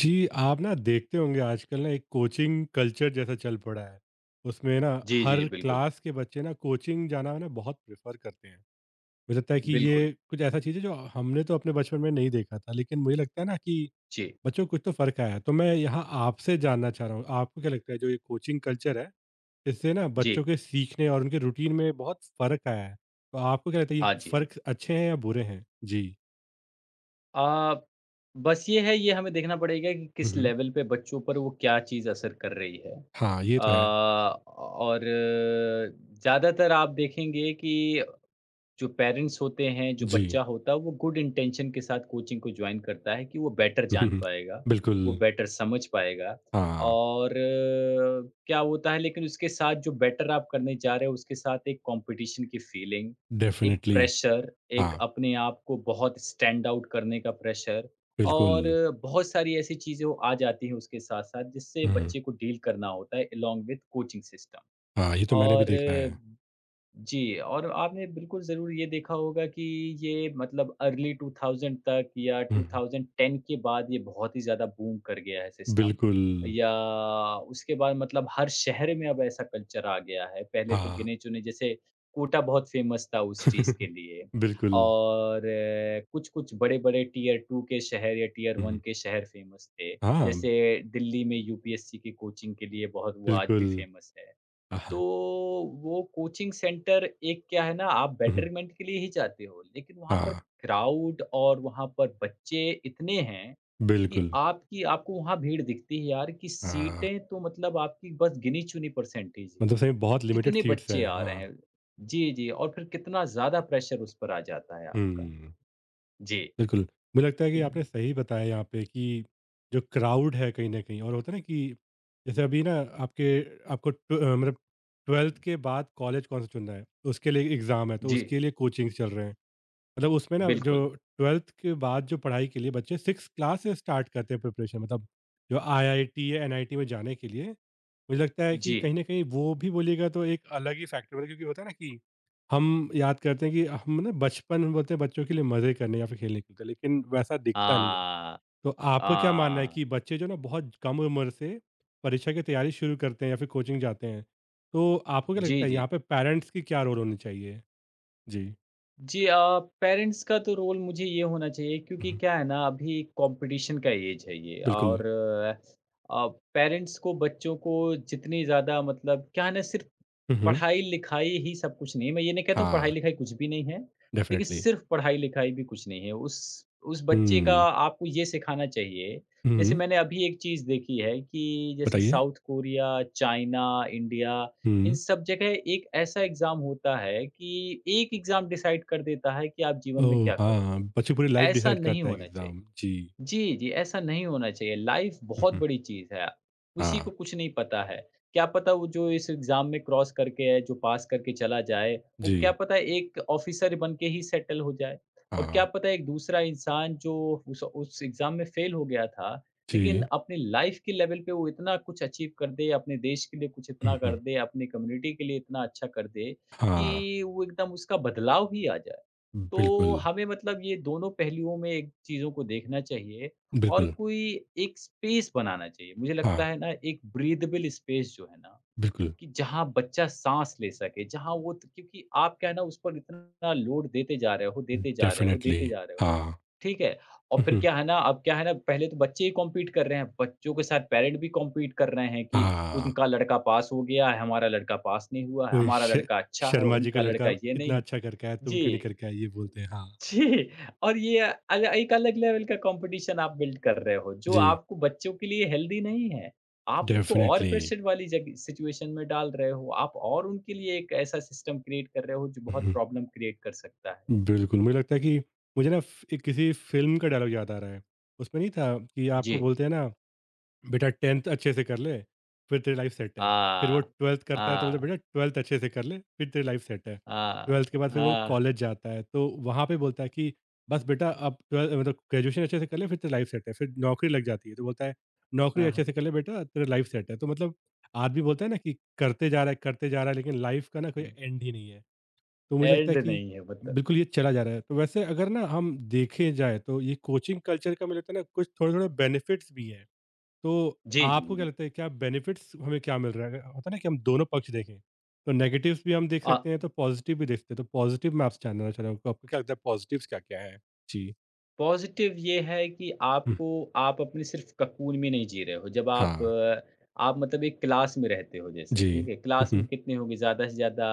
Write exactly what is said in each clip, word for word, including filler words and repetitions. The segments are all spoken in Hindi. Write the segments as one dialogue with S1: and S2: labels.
S1: जी, आप ना देखते होंगे आजकल ना एक कोचिंग कल्चर जैसा चल पड़ा है। उसमें ना
S2: जी, जी,
S1: हर
S2: जी, बिल्कुल,
S1: क्लास के बच्चे ना कोचिंग जाना ना बहुत प्रेफ़र करते हैं। मुझे लगता है कि ये
S2: बिल्कुल।
S1: कुछ ऐसा चीज़ है जो हमने तो अपने बचपन में नहीं देखा था, लेकिन मुझे लगता है ना कि
S2: जी,
S1: बच्चों को कुछ तो फ़र्क आया है। तो मैं यहाँ आपसे जानना चाह रहा हूँ, आपको क्या लगता है जो ये कोचिंग कल्चर है, इससे ना
S2: जी।
S1: बच्चों के सीखने और उनके रूटीन में बहुत फ़र्क आया है। तो आपको क्या लगता है ये
S2: हाँ जी, हाँ जी।
S1: फ़र्क अच्छे हैं या बुरे हैं? जी।
S2: अ, बस ये है ये हमें देखना पड़ेगा कि
S1: हुँ,
S2: किस
S1: हुँ।
S2: लेवल पे बच्चों पर वो क्या चीज़ असर कर रही है।
S1: हाँ, ये
S2: अ,
S1: तो है।
S2: और ज़्यादातर आप देखेंगे कि जो पेरेंट्स होते हैं, जो
S1: जी।
S2: बच्चा होता है, वो गुड इंटेंशन के साथ कोचिंग को जॉइन करता है कि वो बेटर जान
S1: हम्म,
S2: पाएगा,
S1: बिल्कुल।
S2: वो बेटर समझ पाएगा
S1: हाँ।
S2: और अ, क्या होता है लेकिन उसके साथ जो बेटर आप करने जा रहे हो, उसके साथ एक कॉम्पिटिशन की फीलिंग, एक
S1: डेफ़िनिटली,
S2: प्रेशर, एक
S1: हाँ,
S2: अपने आप को बहुत स्टैंड आउट करने का प्रेशर और
S1: बिल्कुल।
S2: अ, बहुत सारी ऐसी चीज़ें वो आ जाती हैं उसके साथ-साथ, जिससे
S1: हुँ,
S2: बच्चे को डील करना होता है अलोंग विथ कोचिंग सिस्टम
S1: हाँ, ये तो मैंने भी
S2: और
S1: देखा है।
S2: जी, और आपने बिल्कुल ज़रूर ये देखा होगा कि ये मतलब अर्ली दो हज़ार तक या
S1: हुँ,
S2: ट्वेंटी टेन के बाद ये बहुत ही ज़्यादा बूम कर गया है सिस्टम।
S1: बिल्कुल,
S2: या उसके बाद मतलब हर शहर में अब ऐसा कल्चर आ गया है। पहले तो
S1: हाँ।
S2: गिने-चुने जैसे कोटा बहुत फ़ेमस था उस चीज़ के लिए।
S1: बिल्कुल,
S2: और कुछ-कुछ बड़े-बड़े टियर टू के शहर या टियर वन
S1: हुँ,
S2: के शहर फ़ेमस थे।
S1: हाँ,
S2: जैसे दिल्ली में यूपीएससी की कोचिंग के लिए बहुत वो आज भी
S1: बिल्कुल,
S2: फ़ेमस है। तो
S1: हाँ,
S2: वो कोचिंग सेंटर एक क्या है ना आप
S1: हुँ,
S2: बेटरमेंट के लिए ही जाते हो लेकिन वहाँ पर
S1: हाँ,
S2: क्राउड और वहाँ पर बच्चे इतने हैं कि
S1: बिल्कुल,
S2: आपकी आपको वहाँ भीड़ दिखती है यार कि
S1: हाँ।
S2: सीटें तो मतलब आपकी बस गिनी-चुनी परसेंटेज ही
S1: मतलब
S2: हैं।
S1: सही में बहुत लिमिटेड
S2: कितने
S1: सीट्स
S2: बच्चे
S1: हैं,
S2: आ रहे
S1: हाँ।
S2: हैं। जी, जी और फिर कितना ज़्यादा प्रेशर उस पर आ जाता है आपका।
S1: हुँ,
S2: जी।
S1: बिल्कुल, मुझे लगता है कि आपने सही बताया यहाँ पे कि जो क्राउड है कहीं न कहीं और होता है ना कि जैसे अभी ना आपके आपको ट मतलब ट्वेल्थ के बाद कॉलेज कौन-सा चुनना है, उसके लिए एग्ज़ाम है, तो
S2: जी,
S1: उसके लिए कोचिंग्स चल रहे हैं। मतलब उसमें ना जो
S2: बिल्कुल।
S1: ट्वेल्थ के बाद जो पढ़ाई के लिए बच्चे छह क्लास से स्टार्ट करते हैं प्रिपरेशन मतलब जो आईआईटी या एनआईटी में जाने के लिए मुझे लगता है कि
S2: जी।
S1: कहीं ना कहीं वो भी बोलिएगा तो एक अलग ही फैक्टर होता है क्योंकि होता है ना कि हम याद करते हैं कि हम ना बचपन में बोलते हैं बच्चों के लिए मज़े करने या फिर खेलने के लिए लेकिन वैसा
S2: आ,
S1: दिखता नहीं है तो आपका क्या मानना है
S2: आ,
S1: कि बच्चे जो ना बहुत कम उम्र से परीक्षा की तैयारी शुरू करते हैं या फिर कोचिंग जाते हैं तो आपको क्या लगता
S2: जी,
S1: है यहाँ
S2: जी।
S1: पे पेरेंट्स की क्या रोल होनी चाहिए जी
S2: जी। अ, पेरेंट्स का तो रोल मुझे ये होना चाहिए क्योंकि
S1: हम्म,
S2: क्या है ना अभी कंपटीशन का एज है ये
S1: बिल्कुल
S2: और पेरेंट्स को बच्चों को जितनी ज़्यादा मतलब क्या है ना सिर्फ पढ़ाई-लिखाई ही सब कुछ नहीं है। मैं ये नहीं कहता हूँ
S1: हाँ,
S2: पढ़ाई-लिखाई कुछ भी नहीं है, लेकिन
S1: डेफ़िनेटली।
S2: सिर्फ़ पढ़ाई-लिखाई भी कुछ नहीं है। उस उस बच्चे का
S1: हुँ,
S2: आपको ये सिखाना चाहिए, जैसे
S1: हुँ,
S2: मैंने अभी एक चीज़ देखी है कि जैसे
S1: बताइए?
S2: साउथ कोरिया, चाइना, इंडिया इन
S1: हुँ,
S2: सब जगह एक ऐसा एग्ज़ाम होता है कि एक एग्ज़ाम डिसाइड कर देता है कि आप जीवन में
S1: ओह!
S2: क्या
S1: हाँ,
S2: करोगे।
S1: बच्चे पूरी लाइफ़
S2: ऐसा
S1: डिसाइड
S2: नहीं
S1: करता है एक
S2: होना चाहिए।
S1: एग्ज़ाम। जी।
S2: जी, जी, ऐसा नहीं होना चाहिए। लाइफ़
S1: हुँ,
S2: बहुत
S1: हुँ,
S2: बड़ी चीज़ है।
S1: हाँ,
S2: किसी को कुछ नहीं पता है। क्या पता वो जो इस एग्ज़ाम में क्रॉस करके आए, जो पास करके चला जाए, वो क्या
S1: जी,
S2: पता एक ऑफ़िसर बन के ही सेटल हो जाए। और
S1: हाँ,
S2: क्या पता एक दूसरा इंसान जो उस उस एग्ज़ाम में फ़ेल हो गया था, लेकिन
S1: जी।
S2: अपनी लाइफ़ के लेवल पे वो इतना कुछ अचीव कर दे, अपने देश के लिए कुछ
S1: हुँ,
S2: इतना कर
S1: हुँ,
S2: दे, अपनी कम्युनिटी के लिए इतना अच्छा कर दे
S1: हाँ,
S2: कि वो एकदम उसका बदलाव ही आ जाए। तो
S1: बिल्कुल,
S2: हमें मतलब ये दोनों पहलुओं में एक चीज़ों को देखना चाहिए और
S1: बिल्कुल,
S2: कोई एक स्पेस बनाना चाहिए। मुझे
S1: हाँ,
S2: लगता है ना एक ब्रीथेबल स्पेस जो है ना,
S1: बिल्कुल,
S2: कि जहाँ बच्चा साँस ले सके, जहाँ वो त क्योंकि आप क्या है ना उस पर इतना लोड देते जा रहे हो, देते जा रहे हो,
S1: डेफ़िनेटली,
S2: देते जा रहे हो।
S1: हाँ।
S2: ठीक है? और
S1: हुँ,
S2: फिर
S1: हुँ,
S2: क्या है ना अब क्या है ना पहले तो बच्चे ही कॉम्पीट कर रहे हैं, बच्चों के साथ पेरेंट भी कॉम्पीट कर रहे हैं कि
S1: हाँ,
S2: उनका लड़का पास हो गया है, हमारा लड़का पास नहीं हुआ है,
S1: वही
S2: हमारा
S1: श
S2: लड़का अच्छा है,
S1: शर्मा जी का
S2: उनका लड़का
S1: लड़का
S2: ये नहीं
S1: इतना
S2: है।
S1: अच्छा करके आया, तुम क्यों नहीं
S2: जी।
S1: करके आई? ये बोलते हैं, हाँ।
S2: जी, और ये अल एक अलग लेवल का कॉम्पिटिशन आप बिल्ड कर रहे हो, जो
S1: जी,
S2: आपको बच्चों के लिए हेल्दी नहीं है। आप उनको और
S1: डेफ़िनेटली।
S2: प्रेशर वाली जगह सिचुएशन में डाल रहे हो, आप और उनके लिए एक ऐसा सिस्टम क्रिएट कर रहे हो, जो बहुत
S1: हुँ।
S2: प्रॉब्लम क्रिएट कर सकता है।
S1: बिल्कुल, मुझे लगता है कि मुझे ना फ एक किसी फ़िल्म का डायलॉग याद आ रहा है। उसमें नहीं था कि
S2: जी।
S1: आपको बोलते हैं ना, "बेटा टेंथ अच्छे से कर ले, फिर तेरी लाइफ़ सेट है।" फिर वो
S2: आ
S1: ट्वेल्थ करता है तो बोलते हैं,
S2: आ
S1: "बेटा ट्वेल्थ अच्छे से कर ले, फिर तेरी लाइफ़ सेट है।"
S2: आ
S1: ट्वेल्थ के बाद फिर वो
S2: आ
S1: कॉलेज जाता है, तो वहाँ पे बोलता है कि, "बस बेटा अब ट्वेल मतलब ग्रेजुएशन अच्छे से कर ले, फिर तेरी लाइफ़ सेट है।" फिर नौकरी लग जाती है, तो बोलता है,
S2: आ
S1: "नौकरी अच्छे से कर ले बेटा, तेरी लाइफ़ सेट है।" तो मतलब आदमी बोलता है ना कि करते जा रहा है, करते जा रहा है, लेकिन लाइफ़ का ना कोई एंड ही नहीं है। तो मुझे लगता है
S2: एंड
S1: कि
S2: नहीं है मतलब।
S1: बिल्कुल ये चला जा रहा है। तो वैसे अगर ना हम देखे जाए तो ये कोचिंग कल्चर का मुझे लगता है ना कुछ थोड़े-थोड़े बेनिफिट्स भी हैं। तो
S2: जी, जी,
S1: आपको क्या
S2: जी।
S1: लगता है क्या बेनिफिट्स हमें क्या मिल रहा है? अगर होता है ना कि हम दोनों पक्ष देखें, तो नेगेटिव्स भी हम देख
S2: अ
S1: सकते हैं, तो पॉजिटिव भी देख सकते हैं। तो पॉजिटिव मैं आपसे जानना चाह रहा हूँ, आपको क्या लगता है पॉजिटिव्स क्या-क्या हैं? जी।
S2: पॉज़िटिव ये है कि
S1: हुँ,
S2: आपको आप अपने सिर्फ़ ककून में नहीं जी रहे हो। जब आप
S1: हाँ।
S2: अ, आप मतलब एक क्लास में रहते हो जैसे,
S1: जी।
S2: ठीक है?
S1: हुँ,
S2: क्लास में
S1: हुँ।
S2: कितने होंगे ज़्यादा से ज़्यादा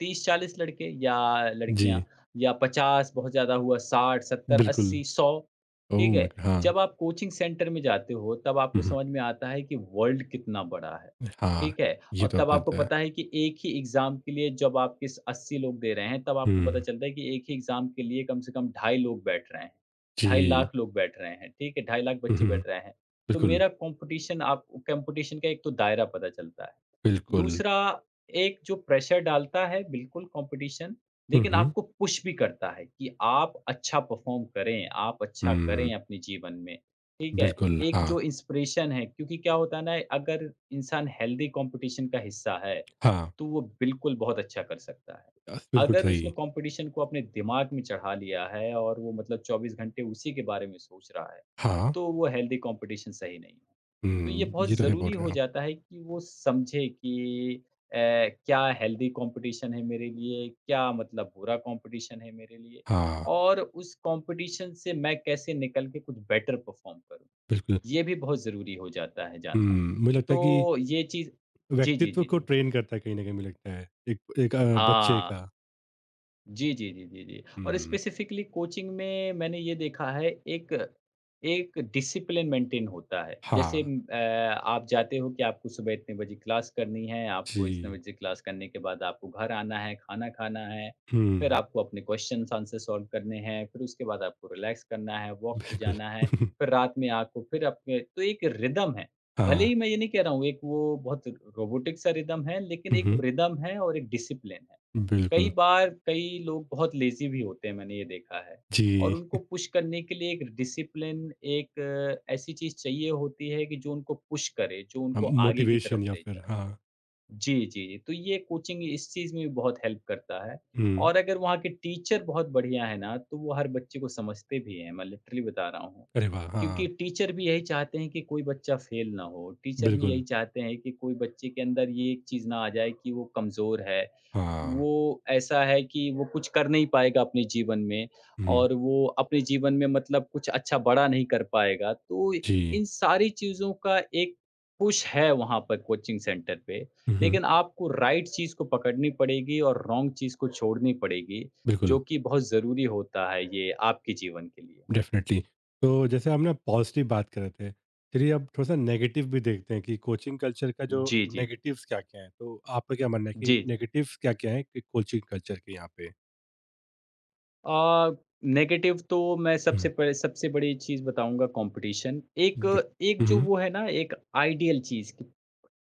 S2: तीस चालीस लड़के या लड़कियाँ
S1: जी,
S2: या पचास बहुत ज़्यादा हुआ साठ, सत्तर,
S1: बिल्कुल।
S2: अस्सी, सौ
S1: ओह
S2: ठीक
S1: माय
S2: है?
S1: गॉड! हाँ।
S2: जब आप कोचिंग सेंटर में जाते हो तब
S1: हुँ,
S2: आपको
S1: हुँ।
S2: समझ में आता है कि वर्ल्ड कितना बड़ा है,
S1: हाँ,
S2: ठीक है?
S1: ये
S2: और
S1: तो
S2: तब
S1: होता
S2: आपको
S1: रहता है।
S2: पता है कि एक ही एग्ज़ाम के लिए जब आप किस अस्सी लोग दे रहे हैं तब आपको पता
S1: हुँ,
S2: चलता है कि एक ही एग्ज़ाम के लिए कम से कम ढाई लोग बैठ रहे हैं, ढाई
S1: जी।
S2: लाख लोग बैठ रहे हैं, ठीक है? ढाई लाख
S1: हुँ,
S2: बच्चे
S1: हुँ।
S2: बैठ रहे हैं। तो
S1: बिल्कुल,
S2: मेरा कॉम्पिटिशन आप कॉम्पिटिशन का एक तो दायरा पता चलता है।
S1: बिल्कुल।
S2: दूसरा एक जो प्रेशर डालता है बिल्कुल कंपटीशन,
S1: हुँ,
S2: लेकिन
S1: हुँ।
S2: आपको पुश भी करता है कि आप अच्छा परफ़ॉर्म करें, आप अच्छा
S1: हुँ,
S2: करें अपने जीवन में, ठीक है?
S1: बिल्कुल,
S2: एक
S1: हाँ,
S2: जो इंस्पिरेशन है क्योंकि क्या होता है ना अगर इंसान हेल्दी कंपटीशन का हिस्सा है,
S1: हाँ,
S2: तो वो बिल्कुल बहुत अच्छा कर सकता है।
S1: अस बिल्कुल
S2: अगर
S1: सही।
S2: उसने कंपटीशन को अपने दिमाग में चढ़ा लिया है और वो मतलब चौबीस घंटे उसी के बारे में सोच रहा है,
S1: हाँ,
S2: तो वो हेल्दी कंपटीशन सही नहीं है। तो ये
S1: हुँ,
S2: बहुत
S1: ये तो सही बोल
S2: ज़रूरी
S1: रहे
S2: हो
S1: हैं आप।
S2: जाता है कि वो समझे कि अ, क्या हेल्दी कंपटीशन है मेरे लिए, क्या मतलब बुरा कंपटीशन है मेरे लिए
S1: हाँ,
S2: और उस कंपटीशन से मैं कैसे निकल के कुछ बेटर परफॉर्म करूँ।
S1: बिल्कुल,
S2: ये भी बहुत ज़रूरी हो जाता है
S1: हुँ,
S2: जानना।
S1: मुझे लगता है कि
S2: तो ये चीज़ जी, जी,
S1: व्यक्तित्व
S2: जी,
S1: को
S2: जी।
S1: ट्रेन करता है कहीं न कहीं मुझे लगता है, एक एक अ, बच्चे
S2: हाँ।
S1: का।
S2: जी, जी, जी, जी, जी। और
S1: हुँ,
S2: स्पेसिफ़िकली कोचिंग में मैंने ये देखा है एक एक डिसिप्लिन मेंटेन होता है। जैसे
S1: हाँ,
S2: म, अ, आप जाते हो कि आपको सुबह इतने बजे क्लास करनी है, आपको इतने
S1: जी,
S2: बजे क्लास करने के बाद आपको घर आना है, खाना खाना है, फिर
S1: हुँ,
S2: आपको अपने क्वेश्चन्स आंसर सॉल्व करने हैं, फिर उसके बाद आपको रिलैक्स करना है, वॉक पे
S1: बिल्कुल,
S2: जाना है, फिर रात में आपको फिर अपने तो एक रिदम है। भले
S1: हाँ,
S2: ही मैं ये नहीं कह रहा हूँ एक वो बहुत रोबोटिक सा रिदम है, लेकिन
S1: हुँ,
S2: एक
S1: हुँ,
S2: रिदम है और एक डिसिप्लिन है। कई
S1: बिल्कुल,
S2: बार कई लोग बहुत लेज़ी भी होते हैं, मैंने ये देखा है और
S1: जी,
S2: उनको पुश करने के लिए एक डिसिप्लिन एक अ, ऐसी चीज़ चाहिए होती है कि जो उनको पुश करे, जो
S1: अ,
S2: उनको आगे की
S1: मोटिवेशन
S2: तरफ
S1: या
S2: ले
S1: फिर
S2: जाए।
S1: हाँ,
S2: जी, जी, जी। तो ये कोचिंग इस चीज़ में भी बहुत हेल्प करता है
S1: हुँ,
S2: और अगर वहाँ के टीचर बहुत बढ़िया हैं ना, तो वो हर बच्चे को समझते भी हैं, मैं लिटरली बता रहा हूँ।
S1: अरे वाह!
S2: क्योंकि
S1: हाँ,
S2: टीचर भी यही चाहते हैं कि कोई बच्चा फेल ना हो, टीचर भी
S1: बिल्कुल,
S2: यही चाहते हैं कि कोई बच्चे के अंदर ये एक चीज़ ना आ जाए कि वो कमज़ोर है
S1: हाँ,
S2: वो ऐसा है कि वो कुछ कर नहीं पाएगा अपने जीवन में
S1: हुँ,
S2: और वो अपने जीवन में मतलब कुछ अच्छा बड़ा नहीं कर पाएगा। तो
S1: जी,
S2: इन सारी चीज़ों का एक पुश है वहाँ पर कोचिंग सेंटर पे।
S1: हुँ, हुँ,
S2: लेकिन आपको राइट चीज़ को पकड़नी पड़ेगी और रॉन्ग चीज़ को छोड़नी पड़ेगी,
S1: बिल्कुल।
S2: जो कि बहुत ज़रूरी होता है ये आपके जीवन के लिए।
S1: डेफिनेटली। तो जैसे हम ना पॉज़िटिव बात कर रहे थे, चलिए अब थोड़ा-सा नेगेटिव भी देखते हैं कि कोचिंग कल्चर का जो
S2: जी, जी।
S1: नेगेटिव्स क्या-क्या हैं? तो आपका क्या मानना है कि
S2: जी, जी।
S1: नेगेटिव्स क्या-क्या हैं कि कोचिंग कल्चर के यहाँ पे?
S2: अ, नेगेटिव तो मैं सबसे
S1: हुँ,
S2: पह सबसे बड़ी चीज़ बताऊँगा कॉम्पिटिशन। एक
S1: डेफ
S2: एक
S1: हुँ,
S2: जो
S1: हुँ।
S2: वो है ना एक आइडियल चीज़ कि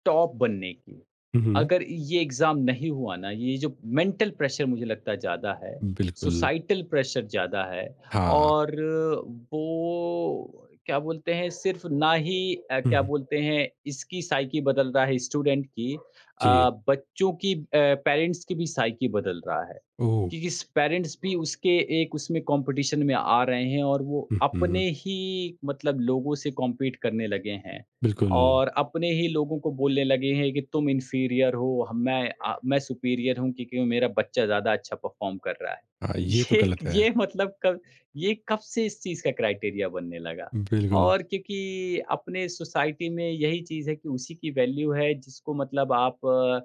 S2: टॉप बनने की।
S1: हुँ, हुँ।
S2: अगर ये एग्ज़ाम नहीं हुआ ना, ये जो मेंटल प्रेशर मुझे लगता है ज़्यादा है,
S1: बिल्कुल।
S2: सोसाइटल प्रेशर ज़्यादा है
S1: हाँ।
S2: और वो क्या बोलते हैं सिर्फ़ ना ही अ,
S1: हुँ,
S2: क्या
S1: हुँ।
S2: बोलते हैं इसकी साइकी बदल रहा है स्टूडेंट की
S1: जी।
S2: अ, बच्चों की अ, पेरेंट्स की भी साइकी बदल रहा है।
S1: ओह!
S2: कि किस पेरेंट्स भी उसके एक उसमें कॉम्पिटिशन में आ रहे हैं और वो
S1: हुँ,
S2: अपने
S1: हुँ।
S2: ही मतलब लोगों से कॉम्पीट करने लगे हैं
S1: बिल्कुल।
S2: और अपने ही लोगों को बोलने लगे हैं कि तुम इन्फीरियर हो हम मैं आ, मैं सुपीरियर हूँ क्योंकि मेरा बच्चा ज़्यादा अच्छा परफॉर्म कर रहा है
S1: हाँ, ये तो
S2: ये
S1: गलत है।
S2: ये मतलब कब ये कब से इस चीज़ का क्राइटेरिया बनने लगा
S1: बिल्कुल।
S2: और क्योंकि अपने सोसाइटी में यही चीज़ है कि उसी की वैल्यू है जिसको मतलब आप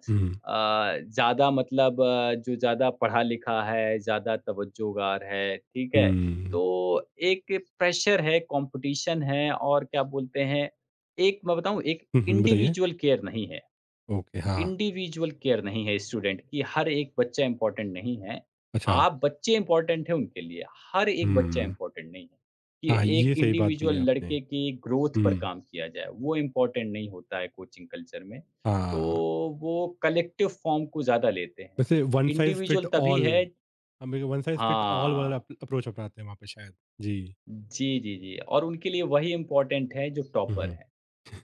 S1: हुँ, हुँ।
S2: अ, ज़्यादा मतलब अ, जो ज़्यादा पढ़ा-लिखा है, ज़्यादा तवज्जोगार है, ठीक है? तो एक प्रेशर है, कॉम्पिटिशन है और क्या बोलते हैं, एक मैं बताऊँ, एक
S1: हुँ, हुँ, बताइए?
S2: इंडिविजुअल केयर नहीं है।
S1: ओके, हाँ।
S2: इंडिविजुअल केयर नहीं है स्टूडेंट की। हर एक बच्चा इम्पोर्टेंट नहीं है।
S1: अच्छा।
S2: आप बच्चे इम्पोर्टेंट हैं उनके लिए, हर एक बच्चा
S1: हुँ।
S2: इम्पोर्टेंट नहीं है। कि
S1: हाँ,
S2: एक
S1: ये सही बात बोली
S2: इंडिविजुअल
S1: आपने।
S2: लड़के की ग्रोथ पर
S1: हुँ,
S2: काम किया जाए, वो इम्पोर्टेंट नहीं होता है कोचिंग कल्चर में। तो
S1: हाँ।
S2: वो कलेक्टिव फॉर्म को ज़्यादा लेते हैं।
S1: वैसे वन साइज़ फिट
S2: इंडिविजुअल तभी
S1: ऑल
S2: है।
S1: हम एक वन साइज़ फिट ऑल वाला
S2: हाँ।
S1: अप अप्रोच अपनाते हैं वहाँ पे शायद। जी।
S2: जी, जी, जी और उनके लिए वही इम्पोर्टेंट है जो
S1: हुँ,
S2: टॉपर
S1: हुँ।
S2: है।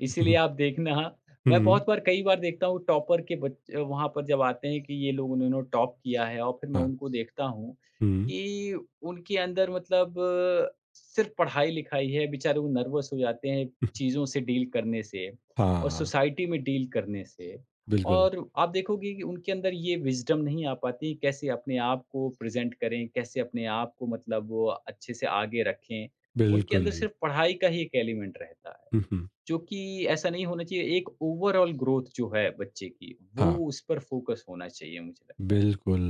S2: इसीलिए आप देखना। हाँ। मैं
S1: हुँ,
S2: बहुत बार कई बार देखता हूँ टॉपर के बच्चे वहाँ पर जब आते हैं कि ये लोग उन्होंने टॉप किया है और फिर मैं
S1: हाँ।
S2: उनको देखता हूँ
S1: हुँ।
S2: कि उनके अंदर मतलब अ, सिर्फ पढ़ाई-लिखाई है, बेचारे वो नर्वस हो जाते हैं चीज़ों से डील करने से और
S1: हाँ,
S2: सोसाइटी में डील करने से।
S1: बिल्कुल,
S2: और आप देखोगे कि उनके अंदर ये विज़डम नहीं आ पाती कैसे अपने आप को प्रेज़ेंट करें, कैसे अपने आप को मतलब वो अच्छे से आगे रखें। उनके
S1: बिल्कुल।
S2: अंदर सिर्फ पढ़ाई का ही एक एलिमेंट रहता है।
S1: हुँ, हुँ।
S2: जो कि ऐसा नहीं होना चाहिए। एक ओवरऑल ग्रोथ जो है बच्चे की वो
S1: हाँ,
S2: उस पर फोकस होना चाहिए मुझे लगता है।
S1: बिल्कुल।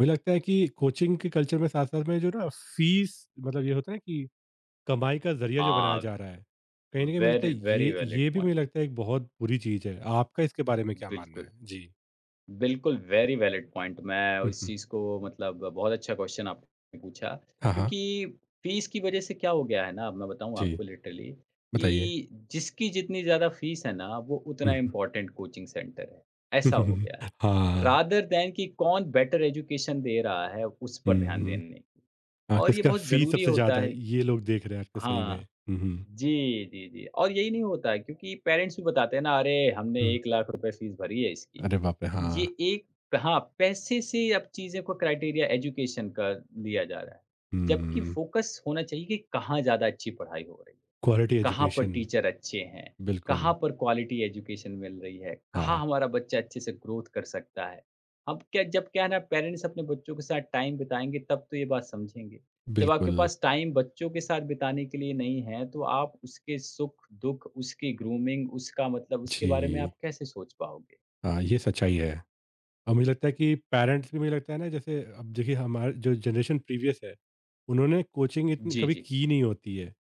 S1: मुझे लगता है कि कोचिंग के कल्चर में साथ-साथ में जो ना फ़ीस मतलब ये होता है कि कमाई का ज़रिया जो बनाया
S2: हाँ।
S1: जा रहा है, कहीं न कहीं मुझे लगता है
S2: वेरी वेरी
S1: ये
S2: वैलिड
S1: ये भी मुझे
S2: पॉइंट।
S1: लगता है एक बहुत बुरी चीज़ है। आपका इसके बारे में क्या मानना है?
S2: बिल्कुल।
S1: जी।
S2: बिल्कुल वेरी वैलिड पॉइंट। मैं
S1: हुँ,
S2: इस
S1: हुँ।
S2: चीज़ को मतलब बहुत अच्छा क्वेश्चन आपने पूछा
S1: हाँ, हाँ।
S2: क्योंकि फीस की वजह से क्या हो गया है ना। अब मैं बताऊं
S1: जी,
S2: आपको लिटरली
S1: बताइए।
S2: कि जिसकी जितनी ज़्यादा फीस है ना वो
S1: हुँ,
S2: उतना इम्पोर्टेंट कोचिंग सेंटर है। ऐसा हो
S1: हुँ।
S2: गया है
S1: हाँ।
S2: रादर देन कि कौन बेटर एजुकेशन दे रहा है उस पर
S1: हुँ,
S2: ध्यान
S1: हुँ।
S2: देने।
S1: हाँ,
S2: और ये
S1: किसका
S2: बहुत
S1: फ़ी
S2: ज़रूरी
S1: सबसे
S2: होता
S1: ज़्यादा है,
S2: है।
S1: ये लोग देख रहे हैं आजकल सही में।
S2: हाँ।
S1: हुँ, हुँ,
S2: जी, जी, जी और यही नहीं होता है क्योंकि पेरेंट्स भी बताते हैं ना, "अरे! हमने
S1: हुँ।
S2: एक लाख रुपए फ़ीस भरी है इसकी।"
S1: अरे बाप रे!
S2: ये
S1: हाँ।
S2: एक। हाँ, पैसे से अब चीज़ों को क्राइटेरिया एजुकेशन का लिया जा रहा है। जबकि
S1: हुँ,
S2: फ़ोकस होना चाहिए कि कहाँ ज़्यादा अच्छी पढ़ाई हो रही है।
S1: क्वालिटी
S2: कहाँ पर
S1: एजुकेशन
S2: टीचर अच्छे हैं,
S1: बिल्कुल,
S2: कहाँ पर क्वालिटी एजुकेशन मिल रही है, कहाँ
S1: हाँ,
S2: हमारा बच्चा अच्छे से ग्रोथ कर सकता है। अब क्या जब क्या है ना पेरेंट्स अपने बच्चों के साथ टाइम बिताएँगे तब तो ये बात समझेंगे। जब आपके
S1: बिल्कुल।
S2: पास टाइम बच्चों के साथ बिताने के लिए नहीं है तो आप उसके सुख-दुख, उसकी ग्रूमिंग, उसका मतलब उसके बारे में
S1: जी,
S2: आप कैसे सोच पाओगे?
S1: हाँ, ये सच्चाई है। और मुझे लगता है कि पेरेंट्स भी मुझे लगता है ना जैसे अब देखिए हमारे जो जनरेशन प्रीवियस है उन्होंने कोचिंग इतनी
S2: जी,
S1: कभी
S2: जी।
S1: की नहीं होती है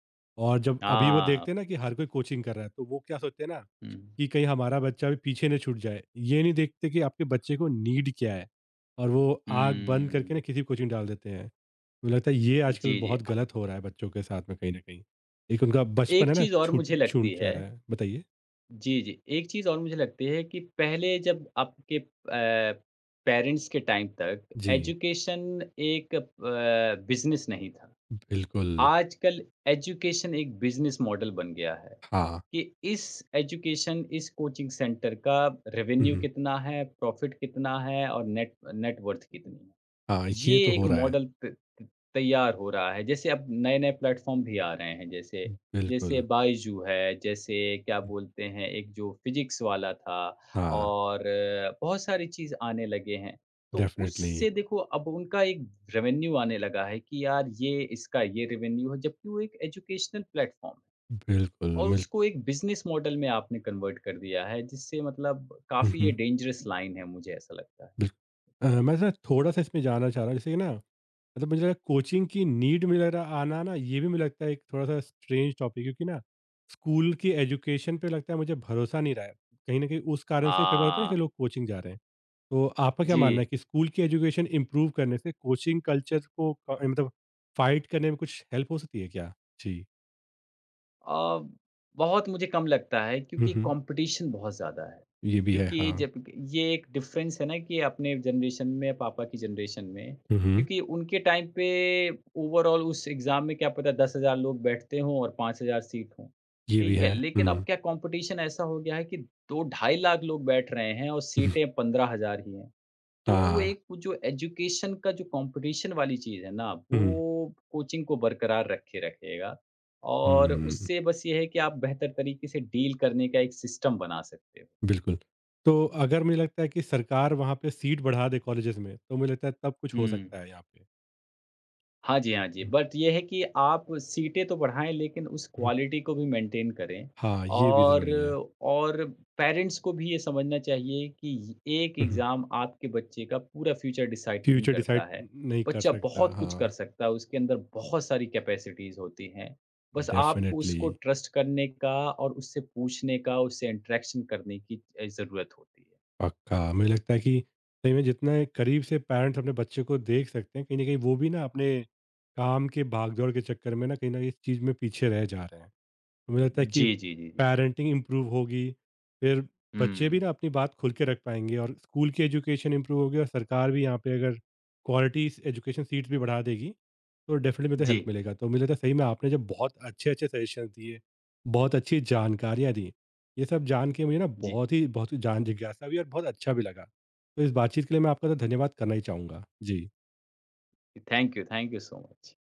S1: और जब अभी वो
S2: हाँ।
S1: देखते हैं ना कि हर कोई कोचिंग कर रहा है तो वो क्या सोचते हैं ना
S2: हुँ,
S1: कि कहीं हमारा बच्चा भी पीछे न छूट जाए ये नहीं देखते कि आपके बच्चे को नीड क्या है और वो आग बंद करके ना
S2: हुँ।
S1: किसी कोचिंग डाल देते हैं मुझे लगता है ये आजकल
S2: जी, जी।
S1: बहुत
S2: अ,
S1: गलत हो रहा है बच्चों के साथ में कहीं ना कहीं एक उनका बचपन
S2: एक
S1: है ना
S2: चीज़ और
S1: छूट
S2: मुझे लगती
S1: छूट जा
S2: है।
S1: रहा है बताइए
S2: जी, जी। एक चीज़ और मुझे लगती है कि पहले जब आपके अ, पेरेंट्स के टाइम तक
S1: जी
S2: एजुकेशन एक अ, बिज़नेस नहीं था।
S1: बिल्कुल
S2: आजकल एजुकेशन एक बिज़नेस मॉडल बन गया है
S1: हाँ
S2: कि इस एजुकेशन, इस कोचिंग सेंटर का रेवेन्यू
S1: हम्म
S2: कितना है, प्रॉफ़िट कितना है और नेट नेट वर्थ कितनी है।
S1: हाँ
S2: ये
S1: ये तो हो
S2: एक
S1: रहा है
S2: मॉडल त त तैयार हो रहा है। जैसे अब नए-नए प्लेटफ़ॉर्म भी आ रहे हैं जैसे जैसे
S1: बिल्कुल।
S2: बायजू है, जैसे क्या बोलते हैं एक जो फ़िज़िक्स वाला था
S1: हाँ,
S2: और अ, बहुत सारी चीज़ आने लगे हैं। तो
S1: डेफ़िनिटली,
S2: उससे देखो अब उनका एक रेवेन्यू आने लगा है कि यार ये इसका ये रेवेन्यू है जबकि वो एक एजुकेशनल प्लेटफ़ॉर्म
S1: बिल्कुल
S2: है और
S1: मिल
S2: उसको एक बिज़नेस मॉडल में आपने कन्वर्ट कर दिया है जिससे मतलब
S1: हुँ,
S2: काफ़ी ये
S1: हुँ,
S2: डेंजरस लाइन है मुझे ऐसा लगता है।
S1: बिल अ, मैं ना थोड़ा-सा इसमें जानना चाह रहा हूँ जैसे कि ना मतलब मुझे लगा कोचिंग की नीड मुझे लग रहा आना ना ये भी मुझे लगता है एक थोड़ा-सा स्ट्रेंज टॉपिक क्योंकि ना स्कूल की एजुकेशन पे लगता है मुझे भरोसा नहीं रहा है। कहीं न कहीं उस कारण से कई बार होता है ना कि
S2: हाँ।
S1: लोग कोचिंग जा रहे हैं। तो आपका क्या
S2: जी।
S1: मानना है कि स्कूल की एजुकेशन इम्प्रूव करने से कोचिंग कल्चर को क मतलब फ़ाइट करने में कुछ हेल्प हो सकती है क्या? जी।
S2: अ, बहुत मुझे कम लगता है
S1: हुँ,
S2: क्योंकि
S1: हुँ।
S2: कंपटीशन बहुत ज़्यादा है।
S1: ये भी है,
S2: क्योंकि
S1: हाँ।
S2: जब ये एक डिफरेंस है ना कि अपने जनरेशन में पापा की जनरेशन में,
S1: हुँ, हुँ।
S2: क्योंकि उनके टाइम पे ओवरऑल उस एग्ज़ाम में क्या पता दस हज़ार लोग बैठते हों और पाँच हज़ार सीट हों।
S1: ये भी
S2: ठीक है?
S1: है।
S2: लेकिन अब
S1: हुँ।
S2: क्या कंपटीशन ऐसा हो गया है कि दो ढाई लाख लोग बैठ रहे हैं और सीटें पंद्रह हज़ार ही हैं। तो वो
S1: हाँ,
S2: एक वो जो एजुकेशन का जो कंपटीशन वाली चीज़ है ना,
S1: हुँ,
S2: वो कोचिंग को बरकरार रखे रखेगा और
S1: हुँ,
S2: उससे बस ये है कि आप बेहतर तरीके से डील करने का एक सिस्टम बना सकते हो।
S1: बिल्कुल। तो अगर मुझे लगता है कि सरकार वहाँ पे सीट बढ़ा दे कॉलेजेस में, तो मुझे लगता है तब कुछ हो
S2: हुँ।
S1: सकता है यहाँ पे।
S2: हाँ जी, हाँ जी।
S1: हुँ,
S2: बट ये है कि आप सीटें तो बढ़ाएँ लेकिन उस
S1: हुँ,
S2: क्वालिटी को भी मेंटेन करें।
S1: हाँ, ये भी
S2: और
S1: ज़रूरी है।
S2: और पेरेंट्स को भी ये समझना चाहिए कि एक
S1: हुँ, हुँ,
S2: एग्ज़ाम आपके बच्चे का पूरा फ्यूचर डिसाइड नहीं
S1: फ्यूचर
S2: करता
S1: डिसाइड
S2: है।
S1: नहीं कर
S2: बच्चा
S1: सकता।
S2: बहुत कुछ कर
S1: हाँ,
S2: सकता है, उसके अंदर बहुत सारी कैपेसिटीज़ होती हैं। बस आपको
S1: डेफ़िनिटली,
S2: उसको ट्रस्ट करने का और उससे पूछने का, उससे इंटरेक्शन करने की अ, ज़रूरत होती है।
S1: पक्का। मुझे लगता है कि सही में जितना करीब से पेरेंट्स अपने बच्चे को देख सकते हैं, कहीं न कहीं वो भी ना अपने काम के भागदौड़ के चक्कर में ना कहीं न कहीं इस चीज़ में पीछे रह जा रहे हैं। मुझे लगता है कि
S2: जी, जी, जी, जी।
S1: पेरेंटिंग इम्प्रूव होगी फिर बच्चे भी
S2: हुँ।
S1: ना अपनी बात खुल के रख पाएंगे और स्कूल की एजुकेशन इम्प्रूव होगी और सरकार भी यहाँ पे अगर क्वालिटी एजुकेशन सीट्स भी बढ़ा देगी तो डेफिनेटली मुझे
S2: जी,
S1: हेल्प मिलेगा तो मुझे लगता है सही में आपने जब बहुत अच्छे अच्छे सजेशन दिए बहुत अच्छी जानकारियाँ दी ये सब जान के मुझे ना
S2: जी।
S1: बहुत ही बहुत ही जान जिज्ञासा भी और बहुत अच्छा भी लगा तो इस बातचीत के लिए मैं आपका तो धन्यवाद करना ही चाहूँगा जी
S2: thank you, thank you so much.